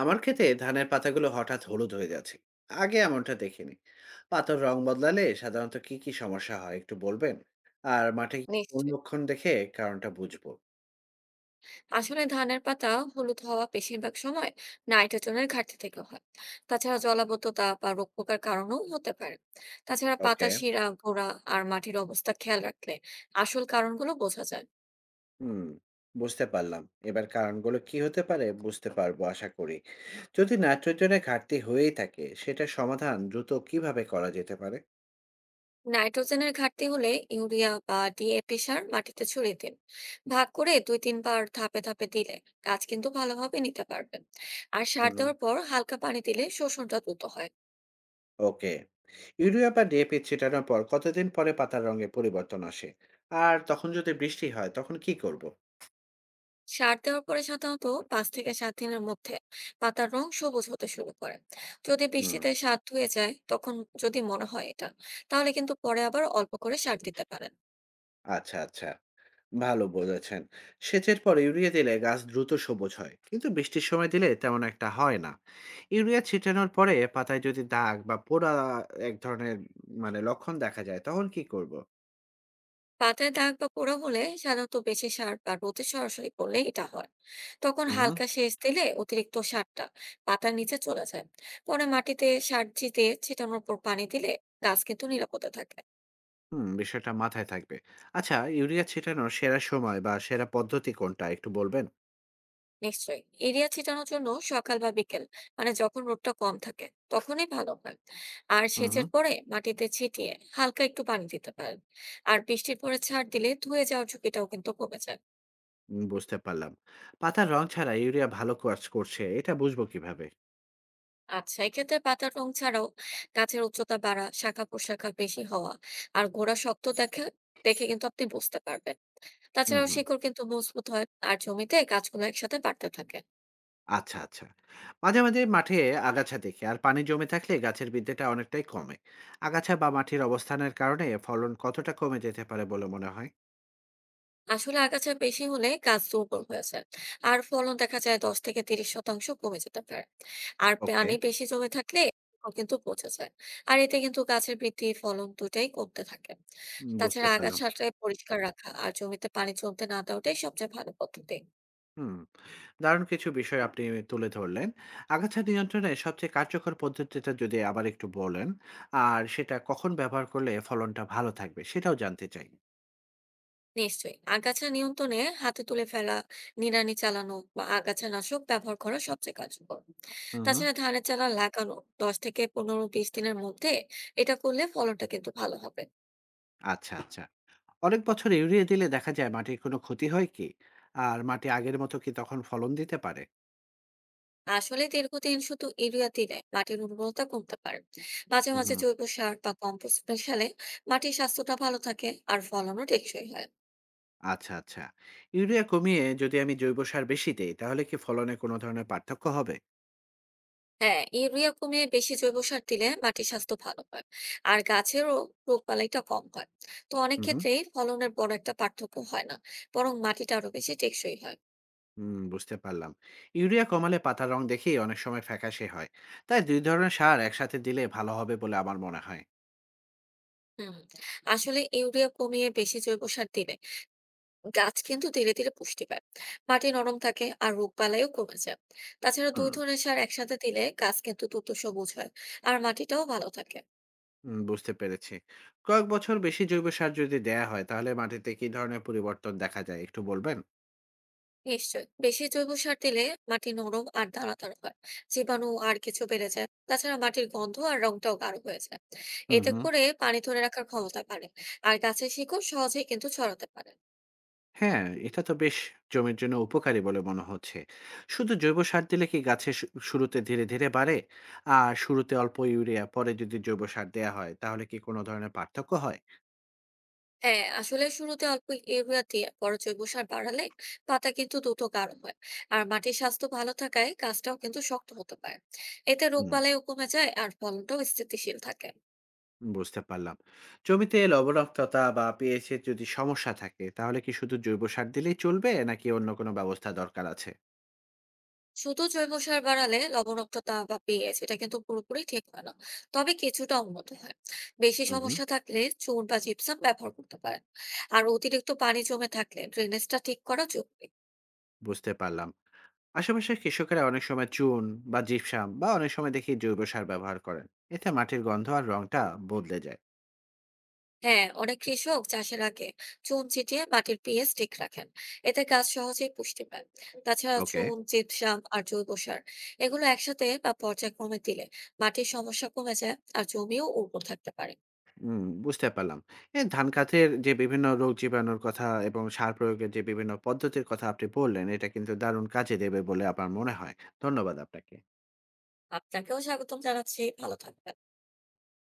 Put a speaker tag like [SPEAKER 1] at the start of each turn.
[SPEAKER 1] আমার ক্ষেতে ধানের পাতাগুলো হঠাৎ হলুদ হয়ে যাচ্ছে। আগে এমনটা দেখিনি। পাতার রং বদলালে সাধারণত কি কি সমস্যা হয় একটু বলবেন? আর মাঠে কি কোন
[SPEAKER 2] নিশ্চয়ই।
[SPEAKER 1] লক্ষণ দেখে কারণটা বুঝবো?
[SPEAKER 2] আসলে ধানের পাতা হলুদ হওয়া বেশিরভাগ সময় নাইট্রোজেনের ঘাটতি থেকে হয়। তাছাড়া জলাবদ্ধতা বা রোগ পোকার কারণেও হতে পারে। তাছাড়া পাতা,
[SPEAKER 1] ওকে।
[SPEAKER 2] শিরা, গোড়া আর মাটির অবস্থা খেয়াল রাখলে আসল কারণগুলো বোঝা যায়।
[SPEAKER 1] হুম, বুঝতে পারলাম। এবার কারণগুলো কি হতে পারে বুঝতে পারবো আশা করি। যদি নাইট্রোজেনের ঘাটতি হয়েই থাকে সেটা সমাধান দ্রুত কিভাবে করা যেতে পারে?
[SPEAKER 2] নাইট্রোজেনের ঘাটতি হলে ইউরিয়া বা ডিএপি সার মাটিতে ছড়িয়ে দিন। ভাগ করে দুই তিনবার ধাপে ধাপে দিলে গাছ কিন্তু ভালোভাবে নিতে পারবে। আর সার
[SPEAKER 1] হুম।
[SPEAKER 2] দেওয়ার পর হালকা পানি দিলে শোষণটা দ্রুত হয়।
[SPEAKER 1] ওকে। ইউরিয়া বা ডিএপি ছিটানোর পর কতদিন পরে পাতার রঙে পরিবর্তন আসে? আর তখন যদি বৃষ্টি হয় তখন কি করব?
[SPEAKER 2] সার দেওয়ার পরে সাধারণত 5 থেকে 7 দিনের মধ্যে পাতার রং সবুজ হতে শুরু করে। যদি
[SPEAKER 1] হুম।
[SPEAKER 2] বৃষ্টিতে সার ধুয়ে যায়, তখন যদি মনে হয় এটা, তাহলে কিন্তু পরে আবার অল্প করে সার দিতে পারেন।
[SPEAKER 1] আচ্ছা, আচ্ছা। ভালো বলেছেন। সেচের পর ইউরিয়া দিলে গাছ দ্রুত সবুজ হয়। কিন্তু বৃষ্টির সময় দিলে তেমন একটা হয় না। ইউরিয়া ছিটানোর পরে পাতায় যদি দাগ বা পোড়া এক ধরনের মানে লক্ষণ দেখা যায় তখন কি করব?
[SPEAKER 2] পাতায় দাগ বা পোড়া হলে সাধারণত বেশি সার বা রোদে সরাসরি পড়লে এটা হয়। তখন
[SPEAKER 1] হুম।
[SPEAKER 2] হালকা সেচ দিলে অতিরিক্ত সারটা পাতার নিচে চলে যায়। পরে মাটিতে সার ছিটিয়ে ছিটানোর পর পানি দিলে গাছ কিন্তু নিরাপদে থাকে।
[SPEAKER 1] হুম, বিষয়টা মাথায় থাকবে। আচ্ছা, ইউরিয়া ছিটানোর সেরা সময় বা সেরা পদ্ধতি কোনটা একটু বলবেন?
[SPEAKER 2] নিশ্চয়ই। এরিয়া ছিটানোর জন্য সকাল বা বিকেল, মানে যখন রোদটা কম থাকে তখনই ভালো হয়। আর
[SPEAKER 1] হুম,
[SPEAKER 2] সেচের
[SPEAKER 1] হুম।
[SPEAKER 2] পরে মাটিতে ছিটিয়ে হালকা একটু পানি দিতে পারেন। আর বৃষ্টির পরে ছাড় দিলে ধুয়ে যাওয়ার ঝুঁকিটাও কিন্তু কমে যায়।
[SPEAKER 1] বুঝতে পারলাম। পাতার রং ছাড়া ইউরিয়া ভালো কাজ করছে এটা বুঝবো কিভাবে?
[SPEAKER 2] আচ্ছা, এক্ষেত্রে পাতার রং ছাড়াও গাছের উচ্চতা বাড়া, শাখা প্রশাখা বেশি হওয়া আর গোড়া শক্ত দেখে দেখে কিন্তু আপনি বুঝতে পারবেন।
[SPEAKER 1] হুম,
[SPEAKER 2] তাছাড়াও
[SPEAKER 1] হুম।
[SPEAKER 2] শিকড় কিন্তু মজবুত হয় আর জমিতে গাছগুলো একসাথে বাড়তে থাকে।
[SPEAKER 1] আচ্ছা, আচ্ছা। মাঝে মাঝে মাঠে আগাছা দেখি, আর পানি জমে থাকলে গাছের বৃদ্ধিটা অনেকটাই কমে। আগাছা বা মাটির অবস্থানের কারণে ফলন কতটা কমে যেতে পারে বলে মনে হয়?
[SPEAKER 2] আসলে আগাছা বেশি হলে গাছ দুর্বল হয়ে যায় আর ফলন দেখা যায় 10 থেকে 30% কমে যেতে পারে। আর
[SPEAKER 1] ওকে।
[SPEAKER 2] পানি বেশি জমে থাকলে ও কিন্তু পচে যায় আর এতে কিন্তু গাছের বৃদ্ধি, ফলন দুটাই কমতে থাকে।
[SPEAKER 1] বুঝতে
[SPEAKER 2] তাছাড়া
[SPEAKER 1] পারলাম।
[SPEAKER 2] আগাছাটাকে পরিষ্কার রাখা আর জমিতে পানি জমতে না দেওয়াটাই সবচেয়ে ভালো পদ্ধতি।
[SPEAKER 1] হুম, দারুণ কিছু বিষয় আপনি তুলে ধরলেন। আগাছা নিয়ন্ত্রণে সবচেয়ে কার্যকর পদ্ধতিটা যদি আবার একটু বলেন, আর সেটা কখন ব্যবহার করলে ফলনটা ভালো থাকবে সেটাও জানতে চাই।
[SPEAKER 2] নিশ্চয়ই। আগাছা নিয়ন্ত্রণে হাতে তুলে ফেলা, নিড়ানি চালানো বা আগাছানাশক ব্যবহার করা সবচেয়ে কার্যকর।
[SPEAKER 1] হুম, হুম।
[SPEAKER 2] তাছাড়া ধানের চারা লাগানো 10 থেকে 15, 20 দিনের মধ্যে এটা করলে ফলনটা কিন্তু ভালো হবে।
[SPEAKER 1] আচ্ছা, আচ্ছা। অনেক বছর ইউরিয়া দিলে দেখা যায় মাটির কোনো ক্ষতি হয় কি? আর মাটি আগের মতো কি তখন ফলন দিতে পারে?
[SPEAKER 2] আসলে দীর্ঘদিন শুধু ইউরিয়া দিলে মাটির উর্বরতা কমতে পারে। মাঝে
[SPEAKER 1] হুম,
[SPEAKER 2] মাঝে
[SPEAKER 1] হুম।
[SPEAKER 2] জৈব সার বা কম্পোস্ট মেশালে মাটির স্বাস্থ্যটা ভালো থাকে আর ফলনও টেকসই হয়।
[SPEAKER 1] আচ্ছা, আচ্ছা। ইউরিয়া কমিয়ে যদি আমি জৈব সার বেশি দেই তাহলে কি ফলনে কোনো ধরনের পার্থক্য হবে?
[SPEAKER 2] হ্যাঁ, ইউরিয়া কমিয়ে বেশি জৈব সার দিলে মাটির স্বাস্থ্য ভালো হয় আর গাছেরও রোগবালাইটা কম হয়। তো অনেক
[SPEAKER 1] হু, হু।
[SPEAKER 2] ক্ষেত্রেই ফলনের বড় একটা পার্থক্য হয় না, বরং মাটিটা আরো বেশি টেকসই হয়।
[SPEAKER 1] হুম, বুঝতে পারলাম। ইউরিয়া কমালে পাতার রং দেখেই অনেক সময় ফ্যাকাশে হয়। তাই ২ ধরনের সার একসাথে দিলে ভালো হবে বলে আমার মনে হয়।
[SPEAKER 2] হুম। আসলে ইউরিয়া কমিয়ে বেশি জৈব সার দিলে গাছ কিন্তু ধীরে ধীরে পুষ্টি পায়। মাটি নরম থাকে আর রোগবালাইও কমে যায়। তাছাড়া দুই
[SPEAKER 1] হুম।
[SPEAKER 2] ধরনের সার একসাথে দিলে গাছ কিন্তু দ্রুত সবুজ হয় আর মাটিটাও ভালো থাকে।
[SPEAKER 1] হুম, বুঝতে পেরেছি। কয়েক বছর বেশি জৈব সার যদি দেয়া হয় তাহলে মাটিতে কি ধরনের পরিবর্তন দেখা যায় একটু বলবেন?
[SPEAKER 2] নিশ্চয়। বেশি জৈব সার দিলে মাটি নরম আর দানাদার হয়, জীবাণু আর কিছু বেড়ে যায়। তাছাড়া মাটির গন্ধ আর রংটাও গাঢ় হয়ে যায়।
[SPEAKER 1] হুম,
[SPEAKER 2] এতে
[SPEAKER 1] হুম।
[SPEAKER 2] করে পানি ধরে রাখার ক্ষমতা বাড়ে আর গাছের শিকড় সহজেই কিন্তু ছড়াতে পারে।
[SPEAKER 1] হ্যাঁ, এটা তো বেশ জমির জন্য উপকারী বলে মনে হচ্ছে। শুধু জৈব সার দিলে কি গাছে শুরুতে ধীরে ধীরে বাড়ে? আর শুরুতে অল্প ইউরিয়া, পরে যদি জৈব সার দেয়া হয়, তাহলে কি কোনো ধরনের পার্থক্য হয়?
[SPEAKER 2] হ্যাঁ, আসলে শুরুতে অল্প ইউরিয়া দিয়ে পরে জৈব সার বাড়ালে পাতা কিন্তু দ্রুত গাঢ় হয়। আর মাটির স্বাস্থ্য ভালো থাকায় গাছটাও কিন্তু শক্ত হতে পারে। এতে রোগ
[SPEAKER 1] হুম,
[SPEAKER 2] বালাইও কমে যায় আর ফলনটাও স্থিতিশীল থাকে।
[SPEAKER 1] বুঝতে পারলাম। জমিতে লবণাক্ততা বা pH এর যদি সমস্যা থাকে, তাহলে কি শুধু জৈব সার দিলেই চলবে, নাকি অন্য কোনো ব্যবস্থা দরকার আছে?
[SPEAKER 2] শুধু জৈব সার বাড়ালে লবণাক্ততা বা পিএইচ এটা কিন্তু পুরোপুরি ঠিক হয় না, তবে কিছুটা উন্নত হয়। বেশি
[SPEAKER 1] হুম, হুম,
[SPEAKER 2] সমস্যা থাকলে চুন বা জিপসাম ব্যবহার করতে পারেন। আর অতিরিক্ত পানি জমে থাকলে ড্রেনেজটা ঠিক করা জরুরি।
[SPEAKER 1] বুঝতে পারলাম। আশেপাশের কৃষকেরা অনেক সময় চুন বা জিপসাম বা অনেক সময় দেখি জৈব সার ব্যবহার করেন। এতে মাটির গন্ধ আর রংটা বদলে যায়।
[SPEAKER 2] হ্যাঁ, অনেক কৃষক চাষের আগে চুন ছিটিয়ে মাটির পিএইচ ঠিক রাখেন। এতে গাছ সহজেই পুষ্টি পায়। তাছাড়া
[SPEAKER 1] ওকে।
[SPEAKER 2] চুন, জিপসাম আর জৈব সার এগুলো একসাথে বা পর্যায়ক্রমে দিলে মাটির সমস্যা কমে যায় আর জমিও উর্বর থাকতে পারে।
[SPEAKER 1] হুম, বুঝতে পারলাম। এ ধান গাছের যে বিভিন্ন রোগ জীবাণুর কথা এবং সার প্রয়োগের যে বিভিন্ন পদ্ধতির কথা আপনি বললেন, এটা কিন্তু দারুণ কাজে দেবে বলে আমার মনে হয়। ধন্যবাদ আপনাকে।
[SPEAKER 2] আপনাকেও স্বাগতম জানাচ্ছি। ভালো থাকবেন।